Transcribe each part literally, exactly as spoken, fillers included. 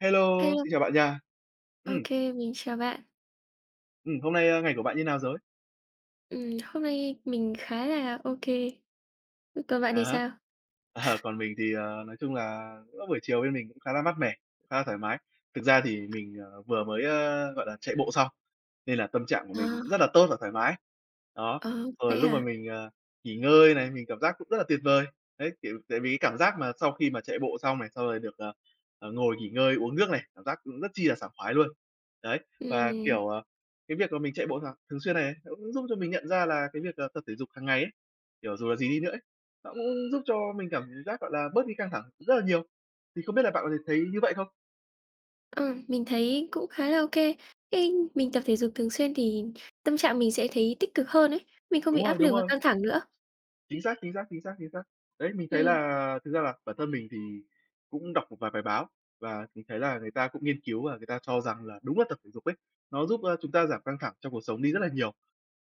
Hello, Hello, xin chào bạn nha. ô Ừm, kê, mình chào bạn. ừm, hôm nay, a, ngày của bạn như nào rồi? Ừm, hôm nay mình khá là ok. Còn bạn thì À. sao? Ờ, còn mình thì, ờ, nói chung là mỗi buổi chiều bên mình cũng khá là mát mẻ, khá là thoải mái. Thực ra thì mình, ờ, vừa mới, ơ, gọi là, chạy bộ xong, nên là tâm trạng của mình cũng À, rất là tốt và thoải mái. Đó, ờ, rồi vậy lúc mà hả? mình, ờ, nghỉ ngơi này, mình cảm giác cũng rất là tuyệt vời. Đấy, kiểu, tại vì cái cảm giác mà sau khi mà chạy bộ xong này, sau rồi được, ờ, ờ, ngồi nghỉ ngơi, uống nước này, cảm giác cũng rất chi là sảng khoái luôn. Đấy, và, Ừm, kiểu, ờ, cái việc mà mình chạy bộ th thường xuyên này nó cũng giúp cho mình nhận ra là cái việc, ờ, tập thể dục hàng ngày ấy, kiểu, dù là gì đi nữa nó cũng giúp cho mình cảm giác, gọi là, bớt đi căng thẳng rất là nhiều. Thì không biết là bạn có thể thấy như vậy không? ờ, mình thấy cũng khá là ok kê. Mình tập thể dục thường xuyên thì tâm trạng mình sẽ thấy tích cực hơn ấy, mình không bị Đúng rồi, áp đúng lực và rồi, căng thẳng nữa. chính xác, chính xác, chính xác, chính xác. Đấy, mình thấy Ừm, là thực ra là bản thân mình thì cũng đọc một vài bài báo và mình thấy là người ta cũng nghiên cứu và người ta cho rằng là đúng là tập thể dục ấy, nó giúp, ơ, chúng ta giảm căng thẳng trong cuộc sống đi rất là nhiều.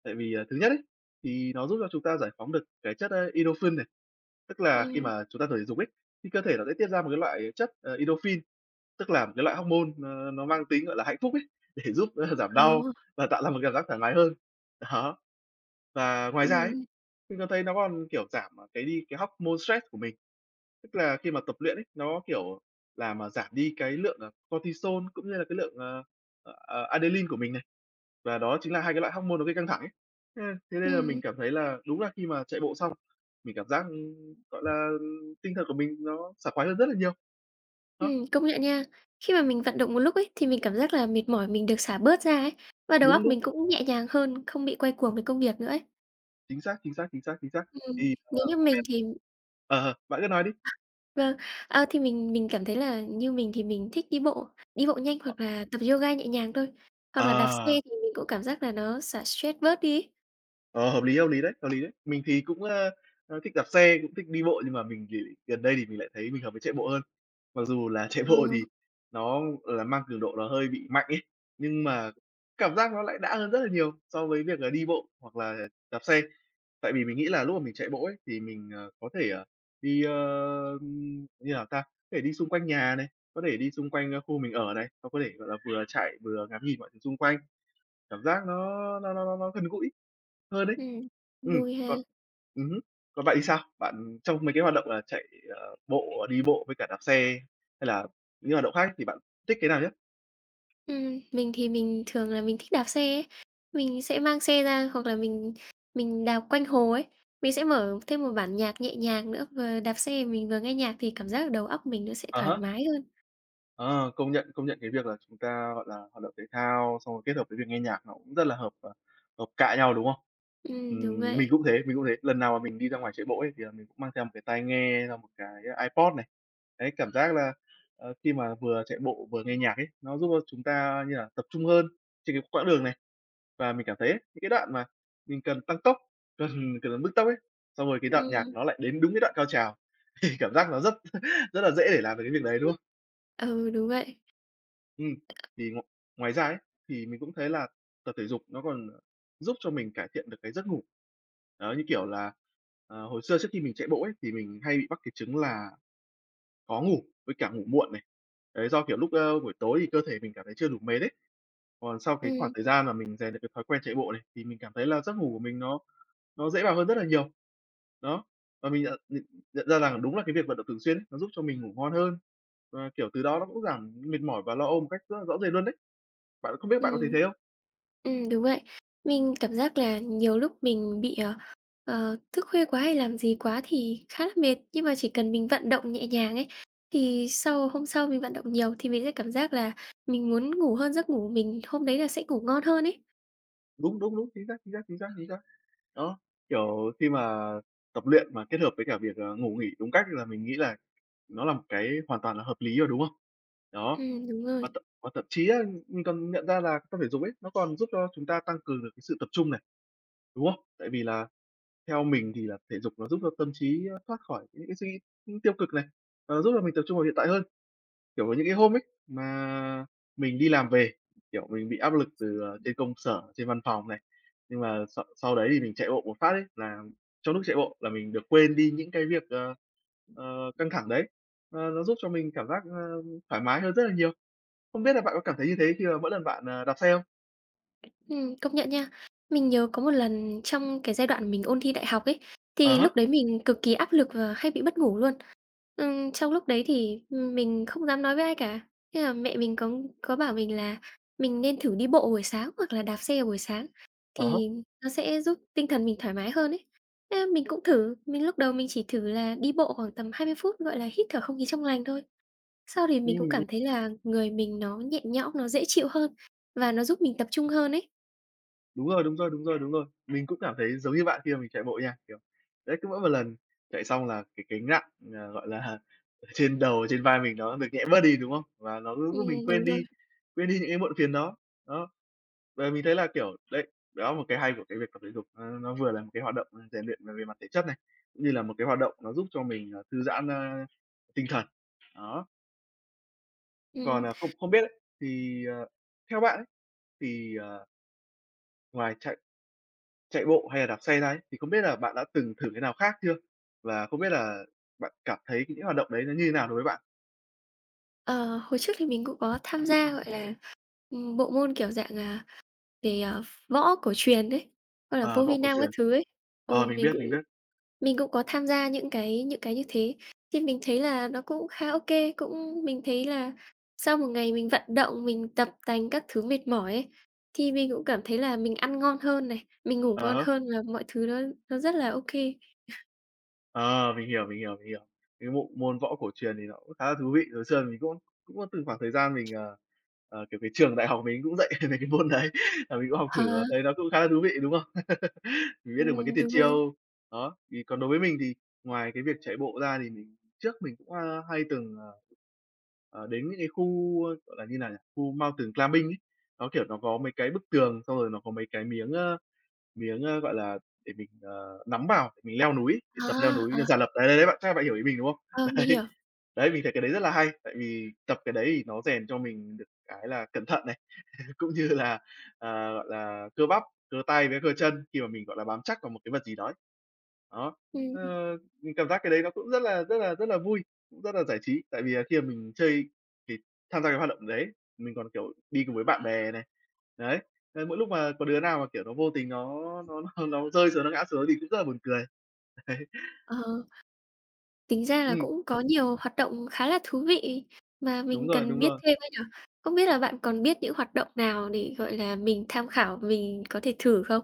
Tại vì, à, thứ nhất ấy, thì nó giúp cho chúng ta giải phóng được cái chất, ơ, endorphin này, tức là khi ừm, mà chúng ta tập thể dục ấy, thì cơ thể nó sẽ tiết ra một cái loại chất, ờ, endorphin. Tức là một cái loại hormone nó nó mang tính, gọi là, hạnh phúc ấy, để giúp, ơ, giảm ờ, đau và tạo ra một cảm giác thoải mái hơn. Đó, và ngoài ra ấy, ừm, mình còn thấy nó còn, kiểu, giảm, à, cái đi cái hormone stress của mình. Tức là khi mà tập luyện ấy, nó, kiểu, làm, mà giảm đi cái lượng, à, cortisol cũng như là cái lượng, ờ, ờ, ờ, adrenaline của mình này, và đó chính là hai cái loại hormone nó gây căng thẳng ấy. Thế thế nên là mình ừm, cảm thấy là đúng là khi mà chạy bộ xong, mình cảm giác, ừm, gọi là, tinh thần của mình nó sảng khoái hơn rất là nhiều. Đó. Ừm, công nhận nha. Khi mà mình vận động một lúc ấy, thì mình cảm giác là mệt mỏi mình được xả bớt ra ấy, và đầu Đúng, óc đúng. mình cũng nhẹ nhàng hơn, không bị quay cuồng với công việc nữa ấy. Chính xác, chính xác, chính xác, chính xác. Ừm, Thì, ờ, Nếu như không biết mình thì. ờ, ờ, bạn cứ nói đi. Vâng, à, thì mình mình cảm thấy là như mình thì mình thích đi bộ, đi bộ nhanh hoặc là tập yoga nhẹ nhàng thôi, hoặc là đạp xe Ờ, thì mình cũng cảm giác là nó xả stress bớt đi ấy. ờ, hợp lý, hợp lý đấy, hợp lý đấy. Mình thì cũng, ơ, ơ, thích đạp xe, cũng thích đi bộ nhưng mà mình thì gần đây thì mình lại thấy mình hợp với chạy bộ hơn. Mặc dù là chạy Ờ, bộ thì nó, là, mang cường độ nó hơi bị mạnh ấy, nhưng mà cảm giác nó lại đã hơn rất là nhiều so với việc là đi bộ hoặc là đạp xe. Tại vì mình nghĩ là lúc mà mình chạy bộ ấy, thì mình, ờ, có thể, ờ, đi, ơ, ưm, như nào ta? Có thể đi xung quanh nhà này, có thể đi xung quanh, ơ, khu mình ở này, xong có thể, gọi là, vừa chạy vừa ngắm nhìn mọi thứ xung quanh. Cảm giác nó nó nó nó nó gần gũi hơn ấy. ừm, Ừm, Vui ha. còn ừm hứm, còn bạn thì sao? Bạn trong mấy cái hoạt động là chạy, ờ, bộ, đi bộ với cả đạp xe hay là những hoạt động khác thì bạn thích cái nào nhất? Ừm, mình thì mình thường là mình thích đạp xe ấy, mình sẽ mang xe ra hoặc là mình mình đạp quanh hồ ấy, mình sẽ mở thêm một bản nhạc nhẹ nhàng nữa, vừa đạp xe mình vừa nghe nhạc thì cảm giác là đầu óc mình nó sẽ À thoải há. mái hơn. Ờ, công nhận, công nhận cái việc là chúng ta, gọi là, hoạt động thể thao xong rồi kết hợp với việc nghe nhạc nó cũng rất là hợp, ờ, hợp cạ nhau, đúng không? Ừm, đúng Ừm, vậy. mình cũng thế, mình cũng thế. Lần nào mà mình đi ra ngoài chạy bộ ấy, thì là mình cũng mang theo một cái tai nghe, xong một cái iPod này. Đấy, cảm giác là, ờ, khi mà vừa chạy bộ vừa nghe nhạc ấy, nó giúp cho chúng ta như là tập trung hơn trên cái quãng đường này. Và mình cảm thấy ấy, những cái đoạn mà mình cần tăng tốc, cần cần làm bứt tốc ấy, xong rồi cái đoạn nhạc Ừm, nó lại đến đúng cái đoạn cao trào, thì cảm giác nó rất rất là dễ để làm được cái việc đấy, đúng không? ừ, đúng vậy. Ừ thì ngo ngoài ra ấy, thì mình cũng thấy là tập thể dục nó còn, ờ, giúp cho mình cải thiện được cái giấc ngủ. Đó, như kiểu là, ờ, hồi xưa trước khi mình chạy bộ ấy, thì mình hay bị mắc cái chứng là khó ngủ với cả ngủ muộn này. Đấy, do, kiểu, lúc, ơ, buổi tối thì cơ thể mình cảm thấy chưa đủ mệt đấy còn sau cái khoảng Ừm, thời gian mà mình rèn được cái thói quen chạy bộ này, thì mình cảm thấy là giấc ngủ của mình nó nó dễ vào hơn rất là nhiều. Đó, và mình nhận nhận nhận ra rằng đúng là cái việc vận động thường xuyên ấy, nó giúp cho mình ngủ ngon hơn, và, kiểu, từ đó nó cũng giảm mệt mỏi và lo âu một cách rất là rõ rệt luôn đấy. Bạn không biết bạn có thấy thế ừm. không? Ừ, đúng vậy. Mình cảm giác là nhiều lúc mình bị, ờ, ờ, thức khuya quá hay làm gì quá thì khá là mệt, nhưng mà chỉ cần mình vận động nhẹ nhàng ấy, thì sau hôm sau mình vận động nhiều thì mình sẽ cảm giác là mình muốn ngủ hơn, giấc ngủ mình hôm đấy là sẽ ngủ ngon hơn ấy. Đúng, đúng, đúng, chính xác, chính xác, chính xác, chính xác. Đó, kiểu, khi mà tập luyện mà kết hợp với cả việc, ờ, ngủ nghỉ đúng cách là mình nghĩ là nó là một cái hoàn toàn là hợp lý rồi, đúng không? Ừ, Đó, đúng và rồi. thậm và thậm chí á, mình còn nhận ra là tập thể dục ấy, nó còn giúp cho chúng ta tăng cường được cái sự tập trung này, đúng không? Tại vì là theo mình thì là thể dục nó giúp cho tâm trí, ơ, thoát khỏi những cái suy nghĩ, ưm, tiêu cực này, ờ, giúp cho mình tập trung vào hiện tại hơn. Kiểu, có những cái hôm ấy mà mình đi làm về, kiểu, mình bị áp lực từ, ờ, trên công sở, trên văn phòng này, nhưng mà sau sau đấy thì mình chạy bộ một phát ấy là trong lúc chạy bộ là mình được quên đi những cái việc, ờ, ờ, căng thẳng đấy. Ờ, nó giúp cho mình cảm giác, ơ, thoải mái hơn rất là nhiều. Không biết là bạn có cảm thấy như thế khi mà mỗi lần bạn, ờ, đạp xe không? Ừ, công nhận nha. Mình nhớ có một lần trong cái giai đoạn mình ôn thi đại học ấy, À thì há, lúc đấy mình cực kỳ áp lực và hay bị mất ngủ luôn. Ừm, trong lúc đấy thì, mình không dám nói với ai cả. Thế là mẹ mình có có bảo mình là mình nên thử đi bộ buổi sáng hoặc là đạp xe buổi sáng à há, thì nó sẽ giúp tinh thần mình thoải mái hơn ấy. Thế là mình cũng thử, mình lúc đầu mình chỉ thử là đi bộ khoảng tầm hai mươi phút, gọi là, hít thở không khí trong lành thôi. Sau thì mình cũng ừm. cảm thấy là người mình nó nhẹ nhõm, nó dễ chịu hơn và nó giúp mình tập trung hơn ấy. Đúng rồi, đúng rồi, đúng rồi, đúng rồi. Mình cũng cảm thấy giống như bạn khi mà mình chạy bộ nha, kiểu, đấy, cứ mỗi một lần chạy xong là cái gánh nặng, ờ, gọi là, ở trên đầu, trên vai mình nó được nhẹ bớt đi, đúng không? Và nó cứ giúp mình Ừm, quên đúng rồi. đi quên đi những cái muộn phiền đó. Đó, và mình thấy là, kiểu, đấy, đó một cái hay của cái việc tập thể dục, nó nó vừa là một cái hoạt động, ờ, rèn luyện về về mặt thể chất này, cũng như là một cái hoạt động nó giúp cho mình, ờ, thư giãn, a, tinh thần. Đó, còn, Ừm, à, không không biết ấy, thì, ờ, theo bạn ấy, thì, ờ, ngoài chạy Chạy bộ hay là đạp xe ra ấy, thì không biết là bạn đã từng thử cái nào khác chưa? Và không biết là bạn cảm thấy những hoạt động đấy nó như thế nào đối với bạn? ờ, Hồi trước thì mình cũng có tham gia, gọi là, ừm, bộ môn, kiểu, dạng, à, về, ờ, võ cổ truyền ấy, hoặc là Ờ, vô võ vi cổ nam các truyền. thứ ấy. Ừ, Ờ, mình mình biết, mình cũng biết. mình cũng có tham gia những cái những cái như thế, thì mình thấy là nó cũng khá ok, cũng mình thấy là sau một ngày mình vận động, mình tập tành các thứ mệt mỏi ấy, thì mình cũng cảm thấy là mình ăn ngon hơn này, mình ngủ À ngon há. hơn và mọi thứ nó nó rất là ok. Ờ, mình hiểu, mình hiểu, mình hiểu. Cái bộ môn võ cổ truyền thì nó cũng khá là thú vị. Hồi xưa mình cũng cũng có từng khoảng thời gian mình, ờ, ờ, kiểu, cái trường đại học mình cũng dạy về cái môn đấy, là mình cũng học Ờ, thử và thấy nó cũng khá là thú vị, đúng không? Mình biết được mấy cái ừm, tuyệt đúng rồi. chiêu. Đó, thì còn đối với mình thì ngoài cái việc chạy bộ ra thì mình trước mình cũng, a, hay từng, ờ, ờ, đến những cái khu, ơ, gọi là, như nào nhỉ, khu mountain climbing ấy. Nó, kiểu, nó có mấy cái bức tường, xong rồi nó có mấy cái miếng, ơ, miếng, ơ, gọi là, để mình, ờ, nắm vào để mình leo núi ấy, để À, tập leo núi à, giả lập. Đấy, đấy, đấy, bạn chắc bạn hiểu ý mình, đúng không? ờ, mình hiểu. Đấy, đấy, mình thấy cái đấy rất là hay, tại vì tập cái đấy thì nó rèn cho mình được cái là cẩn thận. Cũng như là, ờ, gọi là, cơ bắp, cơ tay với cơ chân khi mà mình, gọi là, bám chắc vào một cái vật gì đó ấy. Đó, Ừm, ờ, mình cảm giác cái đấy nó cũng rất là rất là rất là vui, cũng rất là giải trí. Tại vì là khi mà mình chơi thì tham gia cái hoạt động đấy, mình còn, kiểu, đi cùng với bạn bè này, đấy, nên mỗi lúc mà có đứa nào mà, kiểu, nó vô tình nó nó nó nó rơi xuống, nó ngã xuống thì cũng rất là buồn cười. ờ. Tính ra là Ừm, cũng có nhiều hoạt động khá là thú vị mà đúng mình rồi, cần đúng biết rồi. thêm ấy nhỉ? Không biết là bạn còn biết những hoạt động nào để, gọi là, mình tham khảo, mình có thể thử không?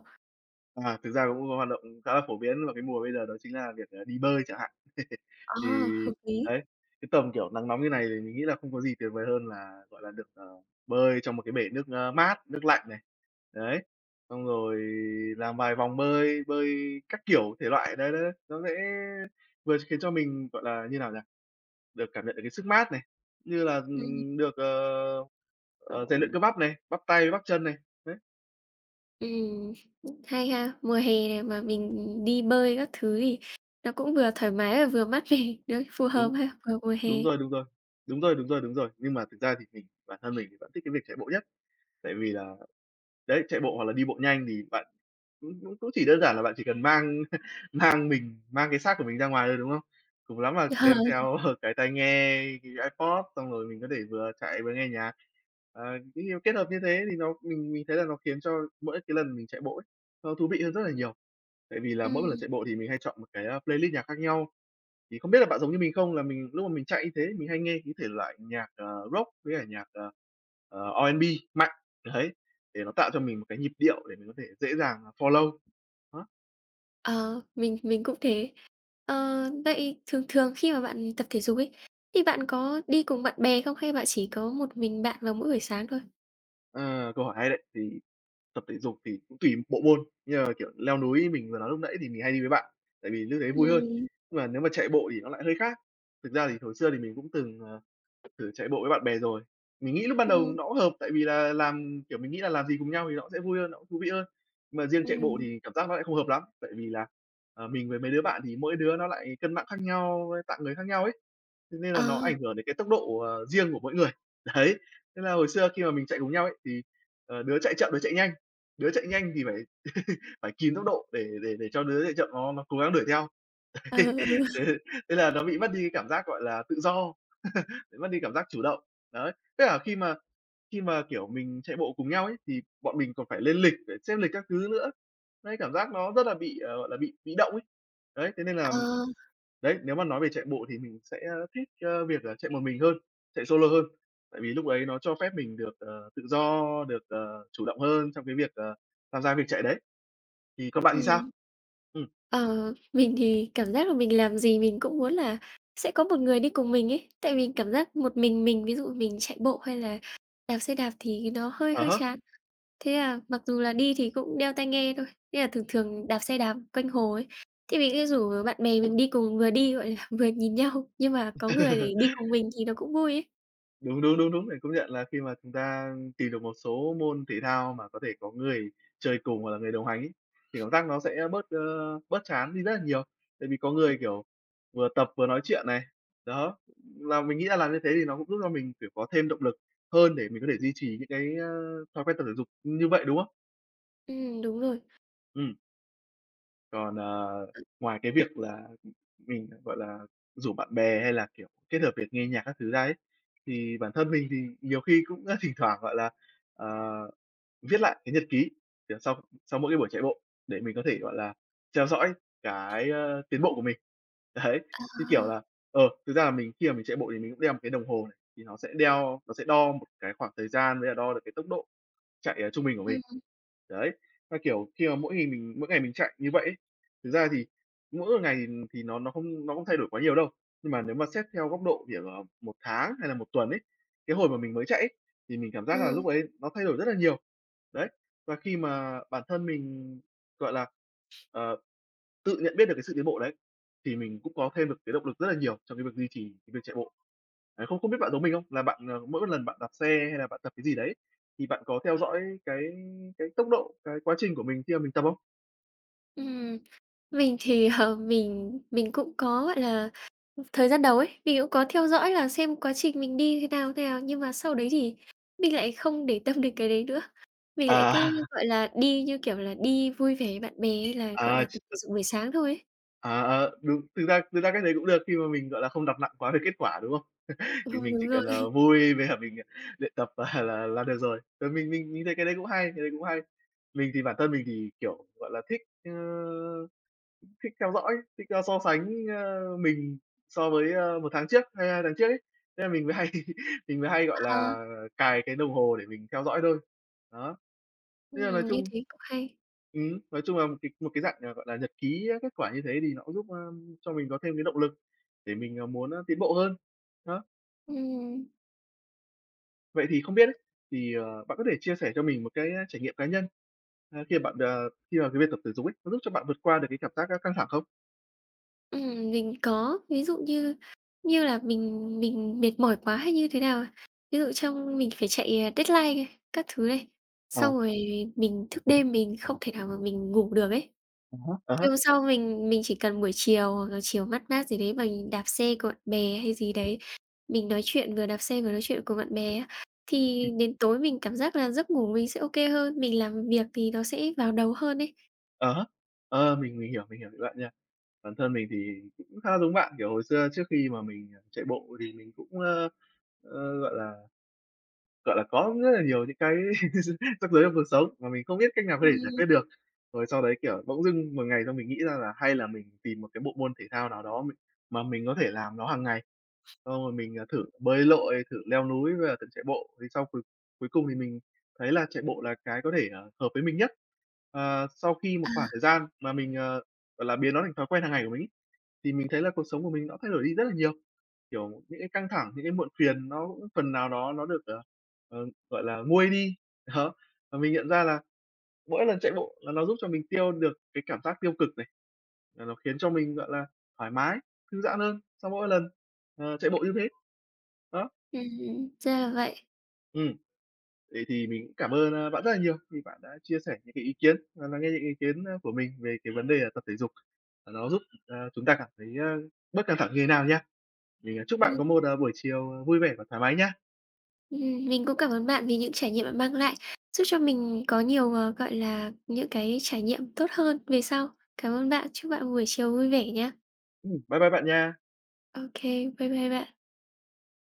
À, thực ra cũng có hoạt động khá là phổ biến vào cái mùa bây giờ đó chính là việc, ờ, đi bơi chẳng hạn. Ờ, Thì hợp lý. đấy, cái tầm, kiểu, nắng nóng như này thì mình nghĩ là không có gì tuyệt vời hơn là, gọi là, được, ờ, bơi trong một cái bể nước, ơ, mát, nước lạnh này. Đấy, xong rồi làm vài vòng bơi, bơi các kiểu thể loại, đấy, đấy, nó sẽ vừa khiến cho mình, gọi là, như nào nhỉ, được cảm nhận được cái sức mát này, như là, Ừm. ừm, được, ờ, ờ, rèn luyện cơ bắp này, bắp tay, bắp chân này. Đấy, Ừm, hay ha. Mùa hè này mà mình đi bơi các thứ thì nó cũng vừa thoải mái và vừa mát mẻ, đấy, phù hợp đúng. ha, vào mùa hè. Đúng rồi, đúng rồi. Đúng rồi, đúng rồi, đúng rồi. Nhưng mà thực ra thì mình bản thân mình thì vẫn thích cái việc chạy bộ nhất. Tại vì là đấy, chạy bộ hoặc là đi bộ nhanh thì bạn cũng cũng cũng chỉ đơn giản là bạn chỉ cần mang mang mình mang cái xác của mình ra ngoài thôi, đúng không? Cùng lắm là Ờ. đem theo cái tai nghe, cái iPod, xong rồi mình có thể vừa chạy vừa nghe nhạc. Ờ, cái điều kết hợp như thế thì nó mình mình thấy là nó khiến cho mỗi cái lần mình chạy bộ ấy, nó thú vị hơn rất là nhiều. Tại vì là Ừm. mỗi lần chạy bộ thì mình hay chọn một cái, a, playlist nhạc khác nhau. Thì không biết là bạn giống như mình không, là mình lúc mà mình chạy như thế mình hay nghe cái thể loại nhạc, ờ, rock với cả nhạc, ờ, ờ, a bê mạnh, đấy, để nó tạo cho mình một cái nhịp điệu để mình có thể dễ dàng, à, follow. Đó, Ờ, mình mình cũng thế. Ờ, vậy thường thường khi mà bạn tập thể dục ấy, thì bạn có đi cùng bạn bè không? Hay bạn chỉ có một mình bạn vào mỗi buổi sáng thôi? ờ, câu hỏi hay đấy. Thì tập thể dục thì cũng tùy bộ môn, như là, kiểu, leo núi mình vừa nói lúc nãy thì mình hay đi với bạn, tại vì lúc đấy vui hơn. Ừm, Nhưng mà nếu mà chạy bộ thì nó lại hơi khác. Thực ra thì hồi xưa thì mình cũng từng, ờ thử chạy bộ với bạn bè rồi. Mình nghĩ lúc ban đầu ừm, nó cũng hợp, tại vì là làm kiểu, mình nghĩ là làm gì cùng nhau thì nó cũng sẽ vui hơn, nó cũng thú vị hơn. Nhưng mà riêng chạy bộ ừm. thì cảm giác nó lại không hợp lắm, tại vì là, ờ, mình với mấy đứa bạn thì mỗi đứa nó lại cân nặng khác nhau, với tạng người khác nhau ấy, thế nên là Ờ, nó ảnh hưởng đến cái tốc độ, ờ, riêng của mỗi người. Đấy, thế là hồi xưa khi mà mình chạy cùng nhau ấy, thì, ờ, đứa chạy chậm, đứa chạy nhanh, đứa chạy nhanh thì phải phải kìm tốc độ để để để cho đứa chạy chậm nó nó cố gắng đuổi theo. ừ, ừ, Thế Thế là nó bị mất đi cái cảm giác, gọi là, tự do, bị mất đi cảm giác chủ động. Đấy, tức là khi mà khi mà, kiểu, mình chạy bộ cùng nhau ấy, thì bọn mình còn phải lên lịch để xếp lịch các thứ nữa. Đấy, cảm giác nó rất là bị, ờ, gọi là, bị bị động ấy. Đấy, thế nên là ờ, đấy, nếu mà nói về chạy bộ thì mình sẽ, ơ, thích, ơ, việc là chạy một mình hơn, chạy solo hơn. Tại vì lúc ấy nó cho phép mình được, ờ, tự do, được, ờ, chủ động hơn trong cái việc, ờ, tham gia việc chạy đấy. Thì còn bạn thì sao? ừm. Ừm, Ờ, mình thì cảm giác là mình làm gì mình cũng muốn là sẽ có một người đi cùng mình ấy, tại vì cảm giác một mình mình, ví dụ mình chạy bộ hay là đạp xe đạp thì nó hơi à hơi há. chán. Thế à, mặc dù là đi thì cũng đeo tai nghe thôi, nên là thường thường đạp xe đạp quanh hồ ấy, thì mình sẽ rủ bạn bè mình đi cùng, vừa đi, gọi là, vừa nhìn nhau, nhưng mà có người để đi cùng mình thì nó cũng vui ấy. Đúng, đúng, đúng, đúng để công nhận là khi mà chúng ta tìm được một số môn thể thao mà có thể có người chơi cùng hoặc là người đồng hành ấy, thì cảm giác nó sẽ bớt, ơ, bớt chán đi rất là nhiều. Tại vì có người, kiểu, vừa tập vừa nói chuyện này. Đó, là mình nghĩ là làm như thế thì nó cũng giúp cho mình, kiểu, có thêm động lực hơn để mình có thể duy trì những cái, ơ, thói quen tập thể dục như vậy, đúng không? Ừm, đúng rồi. Ừm. Còn, ờ, ngoài cái việc là mình, gọi là, rủ bạn bè hay là, kiểu, kết hợp việc nghe nhạc các thứ ra ấy, thì bản thân mình thì nhiều khi cũng, thỉnh thoảng, gọi là, ờ, viết lại cái nhật ký, kiểu, sau sau mỗi cái buổi chạy bộ để mình có thể, gọi là, theo dõi cái, ơ, tiến bộ của mình. Đấy, như À, kiểu là, ờ, thực ra là mình khi mà mình chạy bộ thì mình cũng đeo một cái đồng hồ này, thì nó sẽ đeo nó sẽ đo một cái khoảng thời gian với là đo được cái tốc độ chạy, ờ, trung bình của mình. ừm, Đấy, và, kiểu, khi mà mỗi ngày mình mỗi ngày mình chạy như vậy ấy, thực ra thì mỗi một ngày thì thì nó nó không nó không thay đổi quá nhiều đâu. Nhưng mà nếu mà xét theo góc độ, kiểu, ờ, một tháng hay là một tuần ấy, cái hồi mà mình mới chạy ấy, thì mình cảm giác là ừ, lúc ấy nó thay đổi rất là nhiều. Đấy, và khi mà bản thân mình, gọi là, ờ tự nhận biết được cái sự tiến bộ đấy, thì mình cũng có thêm được cái động lực rất là nhiều trong cái việc duy trì cái việc chạy bộ. Đấy, không không biết bạn giống mình không? Là bạn, ờ, mỗi lần bạn đạp xe hay là bạn tập cái gì đấy, thì bạn có theo dõi cái cái tốc độ, cái quá trình của mình khi mà mình tập không? ừm. Mình thì, ờ, mình mình cũng có, gọi là, thời gian đầu ấy, mình cũng có theo dõi là xem quá trình mình đi thế nào, thế nào, nhưng mà sau đấy thì mình lại không để tâm đến cái đấy nữa. Mình lại cứ, À, gọi là, đi như kiểu là đi vui vẻ với bạn bè hay là, gọi à, là, ch tập thể dục buổi sáng thôi ấy. à, ờ, đúng, thực ra thực ra cách đấy cũng được khi mà mình, gọi là, không đặt nặng quá về kết quả, đúng không? Ừ, Thì mình chỉ đúng cần, rồi. ờ, vui với cả mình, ờ, luyện tập là là là được rồi. Ờ, mình mình mình thấy cái đấy cũng hay, cái đấy cũng hay. Mình thì bản thân mình thì, kiểu, gọi là, thích, thích theo dõi, thích, a, so sánh, ơ, mình so với, ơ, một tháng trước hay hai tháng trước ấy. Thế là mình mới hay mình mới hay, gọi Ờ, là, cài cái đồng hồ để mình theo dõi thôi. Đó, thế là nói ừm, như chung thế cũng hay. ừm, nói chung là một cái một cái dạng, à, gọi là, nhật ký kết quả như thế thì nó cũng giúp, a, cho mình có thêm cái động lực để mình, à, muốn, a, tiến bộ hơn. Đó, Ừm, vậy thì không biết ấy, thì, ờ, bạn có thể chia sẻ cho mình một cái, ờ, trải nghiệm cá nhân, à, khi mà bạn, ờ, khi mà cái việc tập thể dục ấy, nó giúp cho bạn vượt qua được cái cảm giác, a, căng thẳng không? ừm, mình có, ví dụ như như là mình mình mệt mỏi quá hay như thế nào, ví dụ trong mình phải chạy, à, deadline này, các thứ này, Ờ, xong rồi mình thức đêm mình không thể nào mà mình ngủ được ấy, ờ hả? À há. thì hôm sau mình mình chỉ cần buổi chiều hoặc là chiều mát mát gì đấy mà mình đạp xe của bạn bè hay gì đấy, mình nói chuyện vừa đạp xe vừa nói chuyện cùng bạn bè á, thì đến tối mình cảm giác là giấc ngủ mình sẽ ok hơn, mình làm việc thì nó sẽ vào đầu hơn ấy. Ờ, ờ, mình mình hiểu, mình hiểu ý bạn nha. Bản thân mình thì cũng khá giống bạn, kiểu, hồi xưa trước khi mà mình, à, chạy bộ thì mình cũng, ơ, ơ, gọi là, gọi là, có rất là nhiều những cái rắc rối trong cuộc sống mà mình không biết cách nào có thể giải Ừm. quyết được. Rồi sau đấy, kiểu, bỗng dưng một ngày xong mình nghĩ ra là hay là mình tìm một cái bộ môn thể thao nào đó mình mà mình có thể làm nó hàng ngày. Xong rồi mình, à, thử bơi lội, thử leo núi với cả thử chạy bộ, thì sau cuối cuối cùng thì mình thấy là chạy bộ là cái có thể, ờ, hợp với mình nhất. Ờ, sau khi một khoảng thời gian mà mình, ờ, gọi là, biến nó thành thói quen hàng ngày của mình ấy, thì mình thấy là cuộc sống của mình nó thay đổi đi rất là nhiều. Kiểu, những cái căng thẳng, những cái muộn phiền nó cũng phần nào đó nó được, ờ, ờ, gọi là, nguôi đi. Đó, và mình nhận ra là mỗi lần chạy bộ là nó giúp cho mình tiêu được cái cảm giác tiêu cực này, là nó khiến cho mình, gọi là, thoải mái, thư giãn hơn sau mỗi lần, ờ, chạy bộ như thế. Đó, Ừm, ra là vậy. ừm, vậy thì mình cũng cảm ơn, a, bạn rất là nhiều vì bạn đã chia sẻ những cái ý kiến và lắng nghe những ý kiến, a, của mình về cái vấn đề là tập thể dục, và nó giúp, ờ, chúng ta cảm thấy, a, bớt căng thẳng như thế nào nha. Mình, à, chúc bạn Ừm, có một, à, buổi chiều, à, vui vẻ và thoải mái nha. ừm, mình cũng cảm ơn bạn vì những trải nghiệm bạn mang lại, giúp cho mình có nhiều, ờ, gọi là, những cái trải nghiệm tốt hơn về sau. Cảm ơn bạn, chúc bạn buổi chiều vui vẻ nhá. Ừm, bye bye bạn nha. Ô kê, bye bye bạn.